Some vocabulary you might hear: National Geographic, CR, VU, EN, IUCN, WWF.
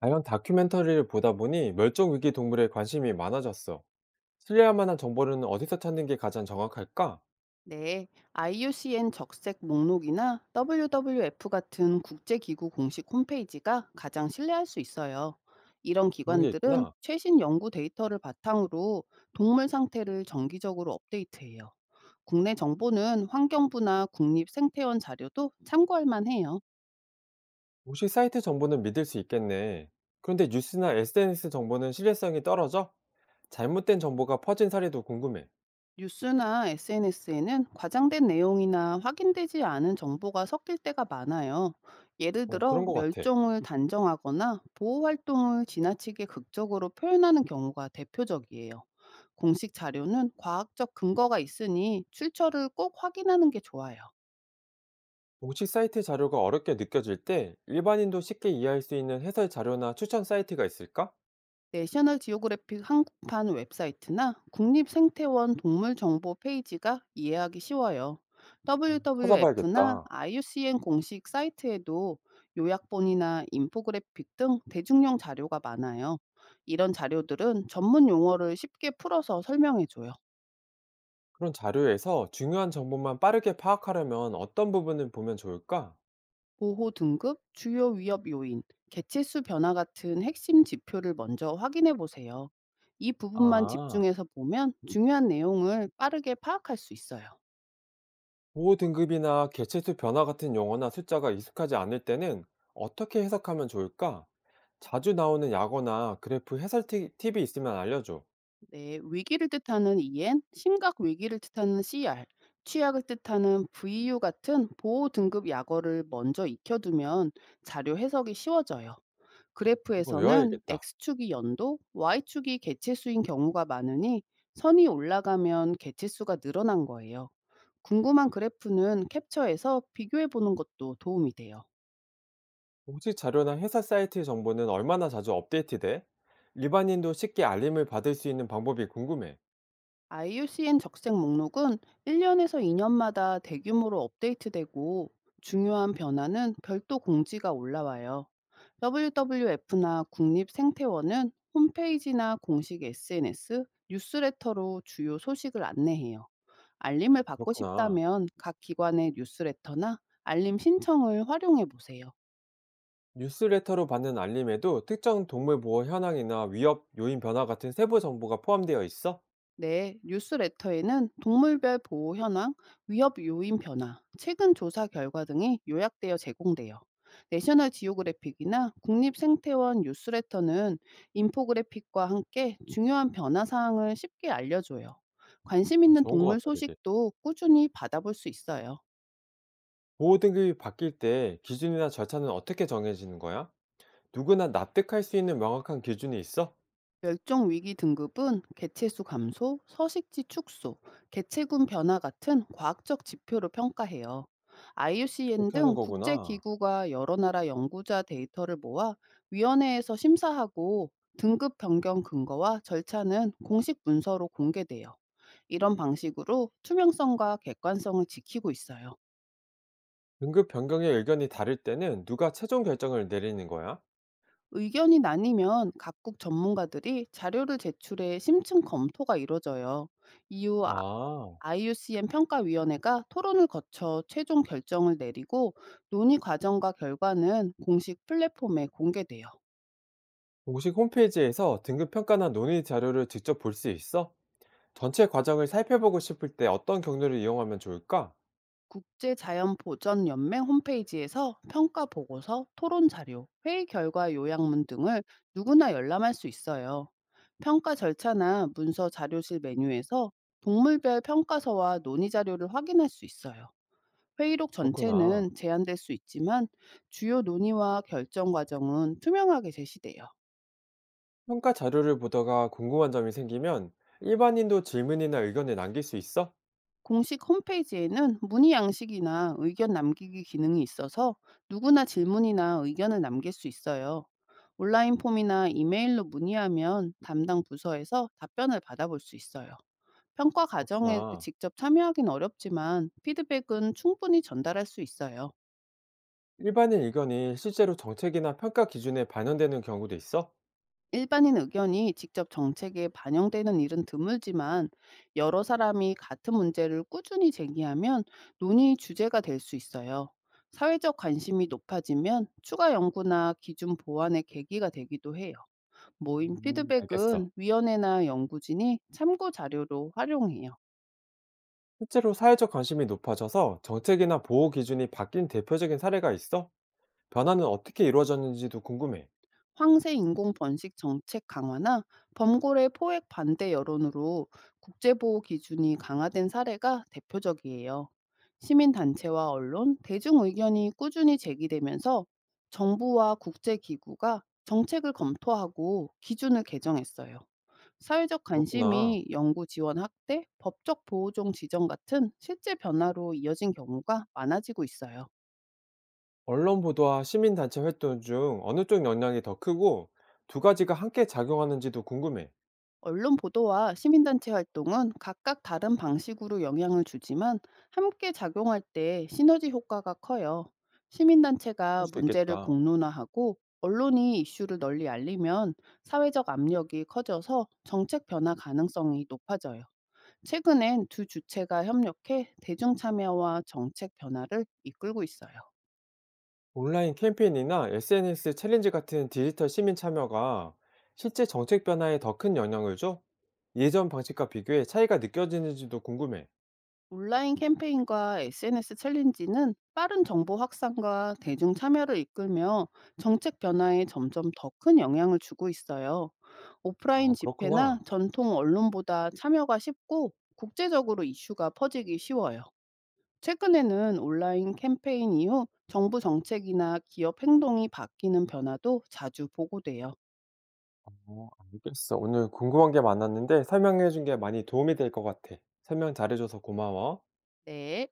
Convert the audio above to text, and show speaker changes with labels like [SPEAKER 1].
[SPEAKER 1] 자연 다큐멘터리를 보다 보니 멸종 위기 동물에 관심이 많아졌어. 신뢰할 만한 정보는 어디서 찾는 게 가장 정확할까?
[SPEAKER 2] 네, IUCN 적색 목록이나 WWF 같은 국제기구 공식 홈페이지가 가장 신뢰할 수 있어요. 이런
[SPEAKER 1] 그런 게
[SPEAKER 2] 기관들은
[SPEAKER 1] 있구나.
[SPEAKER 2] 최신 연구 데이터를 바탕으로 동물 상태를 정기적으로 업데이트해요. 국내 정보는 환경부나 국립생태원 자료도 참고할 만해요.
[SPEAKER 1] 공식 사이트 정보는 믿을 수 있겠네. 그런데 뉴스나 SNS 정보는 신뢰성이 떨어져? 잘못된 정보가 퍼진 사례도 궁금해.
[SPEAKER 2] 뉴스나 SNS에는 과장된 내용이나 확인되지 않은 정보가 섞일 때가 많아요. 예를
[SPEAKER 1] 어,
[SPEAKER 2] 들어,
[SPEAKER 1] 그런 것 같아.
[SPEAKER 2] 멸종을 단정하거나 보호 활동을 지나치게 극적으로 표현하는 경우가 대표적이에요. 공식 자료는 과학적 근거가 있으니 출처를 꼭 확인하는 게 좋아요.
[SPEAKER 1] 공식 사이트 자료가 어렵게 느껴질 때 일반인도 쉽게 이해할 수 있는 해설 자료나 추천 사이트가 있을까?
[SPEAKER 2] 내셔널 지오그래픽 한국판 웹사이트나 국립생태원 동물정보 페이지가 이해하기 쉬워요.
[SPEAKER 1] 어,
[SPEAKER 2] WWF나
[SPEAKER 1] 찾아봐야겠다.
[SPEAKER 2] IUCN 공식 사이트에도 요약본이나 인포그래픽 등 대중용 자료가 많아요. 이런 자료들은 전문 용어를 쉽게 풀어서 설명해줘요.
[SPEAKER 1] 그런 자료에서 중요한 정보만 빠르게 파악하려면 어떤 부분을 보면 좋을까?
[SPEAKER 2] 보호 등급, 주요 위협 요인, 개체수 변화 같은 핵심 지표를 먼저 확인해 보세요. 이 부분만
[SPEAKER 1] 아.
[SPEAKER 2] 집중해서 보면 중요한 내용을 빠르게 파악할 수 있어요.
[SPEAKER 1] 보호 등급이나 개체수 변화 같은 용어나 숫자가 익숙하지 않을 때는 어떻게 해석하면 좋을까? 자주 나오는 약어나 그래프 해설 팁이 있으면 알려줘.
[SPEAKER 2] 네, 위기를 뜻하는 EN, 심각 위기를 뜻하는 CR, 취약을 뜻하는 VU 같은 보호 등급 약어를 먼저 익혀두면 자료 해석이 쉬워져요.
[SPEAKER 1] 이거
[SPEAKER 2] 그래프에서는
[SPEAKER 1] 외워야겠다.
[SPEAKER 2] X축이 연도, Y축이 개체수인 경우가 많으니 선이 올라가면 개체수가 늘어난 거예요. 궁금한 그래프는 캡처해서 비교해 보는 것도 도움이 돼요.
[SPEAKER 1] 공식 자료나 회사 사이트 정보는 얼마나 자주 업데이트돼? 일반인도 쉽게 알림을 받을 수 있는 방법이 궁금해.
[SPEAKER 2] IUCN 적색 목록은 1년에서 2년마다 대규모로 업데이트되고 중요한 변화는 별도 공지가 올라와요. WWF나 국립생태원은 홈페이지나 공식 SNS, 뉴스레터로 주요 소식을 안내해요. 알림을 받고
[SPEAKER 1] 그렇구나.
[SPEAKER 2] 싶다면 각 기관의 뉴스레터나 알림 신청을 활용해 보세요.
[SPEAKER 1] 뉴스레터로 받는 알림에도 특정 동물 보호 현황이나 위협 요인 변화 같은 세부 정보가 포함되어 있어?
[SPEAKER 2] 네, 뉴스레터에는 동물별 보호 현황, 위협 요인 변화, 최근 조사 결과 등이 요약되어 제공돼요. 내셔널 지오그래픽이나 국립생태원 뉴스레터는 인포그래픽과 함께 중요한 변화 사항을 쉽게 알려줘요. 관심
[SPEAKER 1] 아,
[SPEAKER 2] 있는
[SPEAKER 1] 좋은
[SPEAKER 2] 동물
[SPEAKER 1] 것 같다, 되게.
[SPEAKER 2] 소식도 꾸준히 받아볼 수 있어요.
[SPEAKER 1] 보호등급이 바뀔 때 기준이나 절차는 어떻게 정해지는 거야? 누구나 납득할 수 있는 명확한 기준이 있어?
[SPEAKER 2] 멸종위기 등급은 개체수 감소, 서식지 축소, 개체군 변화 같은 과학적 지표로 평가해요. IUCN
[SPEAKER 1] 그렇게 하는
[SPEAKER 2] 등
[SPEAKER 1] 거구나.
[SPEAKER 2] 국제기구가 여러 나라 연구자 데이터를 모아 위원회에서 심사하고 등급 변경 근거와 절차는 공식 문서로 공개돼요. 이런 방식으로 투명성과 객관성을 지키고 있어요.
[SPEAKER 1] 등급 변경의 의견이 다를 때는 누가 최종 결정을 내리는 거야?
[SPEAKER 2] 의견이 나뉘면 각국 전문가들이 자료를 제출해 심층 검토가 이뤄져요. 이후
[SPEAKER 1] 아,
[SPEAKER 2] IUCN 평가위원회가 토론을 거쳐 최종 결정을 내리고 논의 과정과 결과는 공식 플랫폼에 공개돼요.
[SPEAKER 1] 공식 홈페이지에서 등급 평가나 논의 자료를 직접 볼 수 있어? 전체 과정을 살펴보고 싶을 때 어떤 경로를 이용하면 좋을까?
[SPEAKER 2] 국제자연보전연맹 홈페이지에서 평가 보고서, 토론 자료, 회의 결과 요약문 등을 누구나 열람할 수 있어요. 평가 절차나 문서 자료실 메뉴에서 동물별 평가서와 논의 자료를 확인할 수 있어요. 회의록
[SPEAKER 1] 그렇구나.
[SPEAKER 2] 전체는 제한될 수 있지만 주요 논의와 결정 과정은 투명하게 제시돼요.
[SPEAKER 1] 평가 자료를 보다가 궁금한 점이 생기면 일반인도 질문이나 의견을 남길 수 있어?
[SPEAKER 2] 공식 홈페이지에는 문의 양식이나 의견 남기기 기능이 있어서 누구나 질문이나 의견을 남길 수 있어요. 온라인 폼이나 이메일로 문의하면 담당 부서에서 답변을 받아볼 수 있어요. 평가 과정에
[SPEAKER 1] 그렇구나.
[SPEAKER 2] 직접 참여하긴 어렵지만 피드백은 충분히 전달할 수 있어요.
[SPEAKER 1] 일반인 의견이 실제로 정책이나 평가 기준에 반영되는 경우도 있어?
[SPEAKER 2] 일반인 의견이 직접 정책에 반영되는 일은 드물지만 여러 사람이 같은 문제를 꾸준히 제기하면 논의 주제가 될 수 있어요. 사회적 관심이 높아지면 추가 연구나 기준 보완의 계기가 되기도 해요. 모임
[SPEAKER 1] 알겠어.
[SPEAKER 2] 피드백은 위원회나 연구진이 참고 자료로 활용해요.
[SPEAKER 1] 실제로 사회적 관심이 높아져서 정책이나 보호 기준이 바뀐 대표적인 사례가 있어? 변화는 어떻게 이루어졌는지도 궁금해.
[SPEAKER 2] 황새 인공 번식 정책 강화나 범고래 포획 반대 여론으로 국제보호 기준이 강화된 사례가 대표적이에요. 시민단체와 언론, 대중의견이 꾸준히 제기되면서 정부와 국제기구가 정책을 검토하고 기준을 개정했어요. 사회적
[SPEAKER 1] 그렇구나.
[SPEAKER 2] 관심이 연구 지원 확대, 법적 보호종 지정 같은 실제 변화로 이어진 경우가 많아지고 있어요.
[SPEAKER 1] 언론 보도와 시민단체 활동 중 어느 쪽 영향이 더 크고 두 가지가 함께 작용하는지도 궁금해.
[SPEAKER 2] 언론 보도와 시민단체 활동은 각각 다른 방식으로 영향을 주지만 함께 작용할 때 시너지 효과가 커요.
[SPEAKER 1] 볼
[SPEAKER 2] 시민단체가
[SPEAKER 1] 수
[SPEAKER 2] 문제를
[SPEAKER 1] 있겠다.
[SPEAKER 2] 공론화하고 언론이 이슈를 널리 알리면 사회적 압력이 커져서 정책 변화 가능성이 높아져요. 최근엔 두 주체가 협력해 대중 참여와 정책 변화를 이끌고 있어요.
[SPEAKER 1] 온라인 캠페인이나 SNS 챌린지 같은 디지털 시민 참여가 실제 정책 변화에 더 큰 영향을 줘? 예전 방식과 비교해 차이가 느껴지는지도 궁금해.
[SPEAKER 2] 온라인 캠페인과 SNS 챌린지는 빠른 정보 확산과 대중 참여를 이끌며 정책 변화에 점점 더 큰 영향을 주고 있어요. 오프라인
[SPEAKER 1] 아,
[SPEAKER 2] 집회나
[SPEAKER 1] 그렇구나.
[SPEAKER 2] 전통 언론보다 참여가 쉽고 국제적으로 이슈가 퍼지기 쉬워요. 최근에는 온라인 캠페인 이후 정부 정책이나 기업 행동이 바뀌는 변화도 자주 보고돼요.
[SPEAKER 1] 어, 알겠어. 오늘 궁금한 게 많았는데 설명해 준 게 많이 도움이 될 것 같아. 설명 잘해줘서 고마워.
[SPEAKER 2] 네.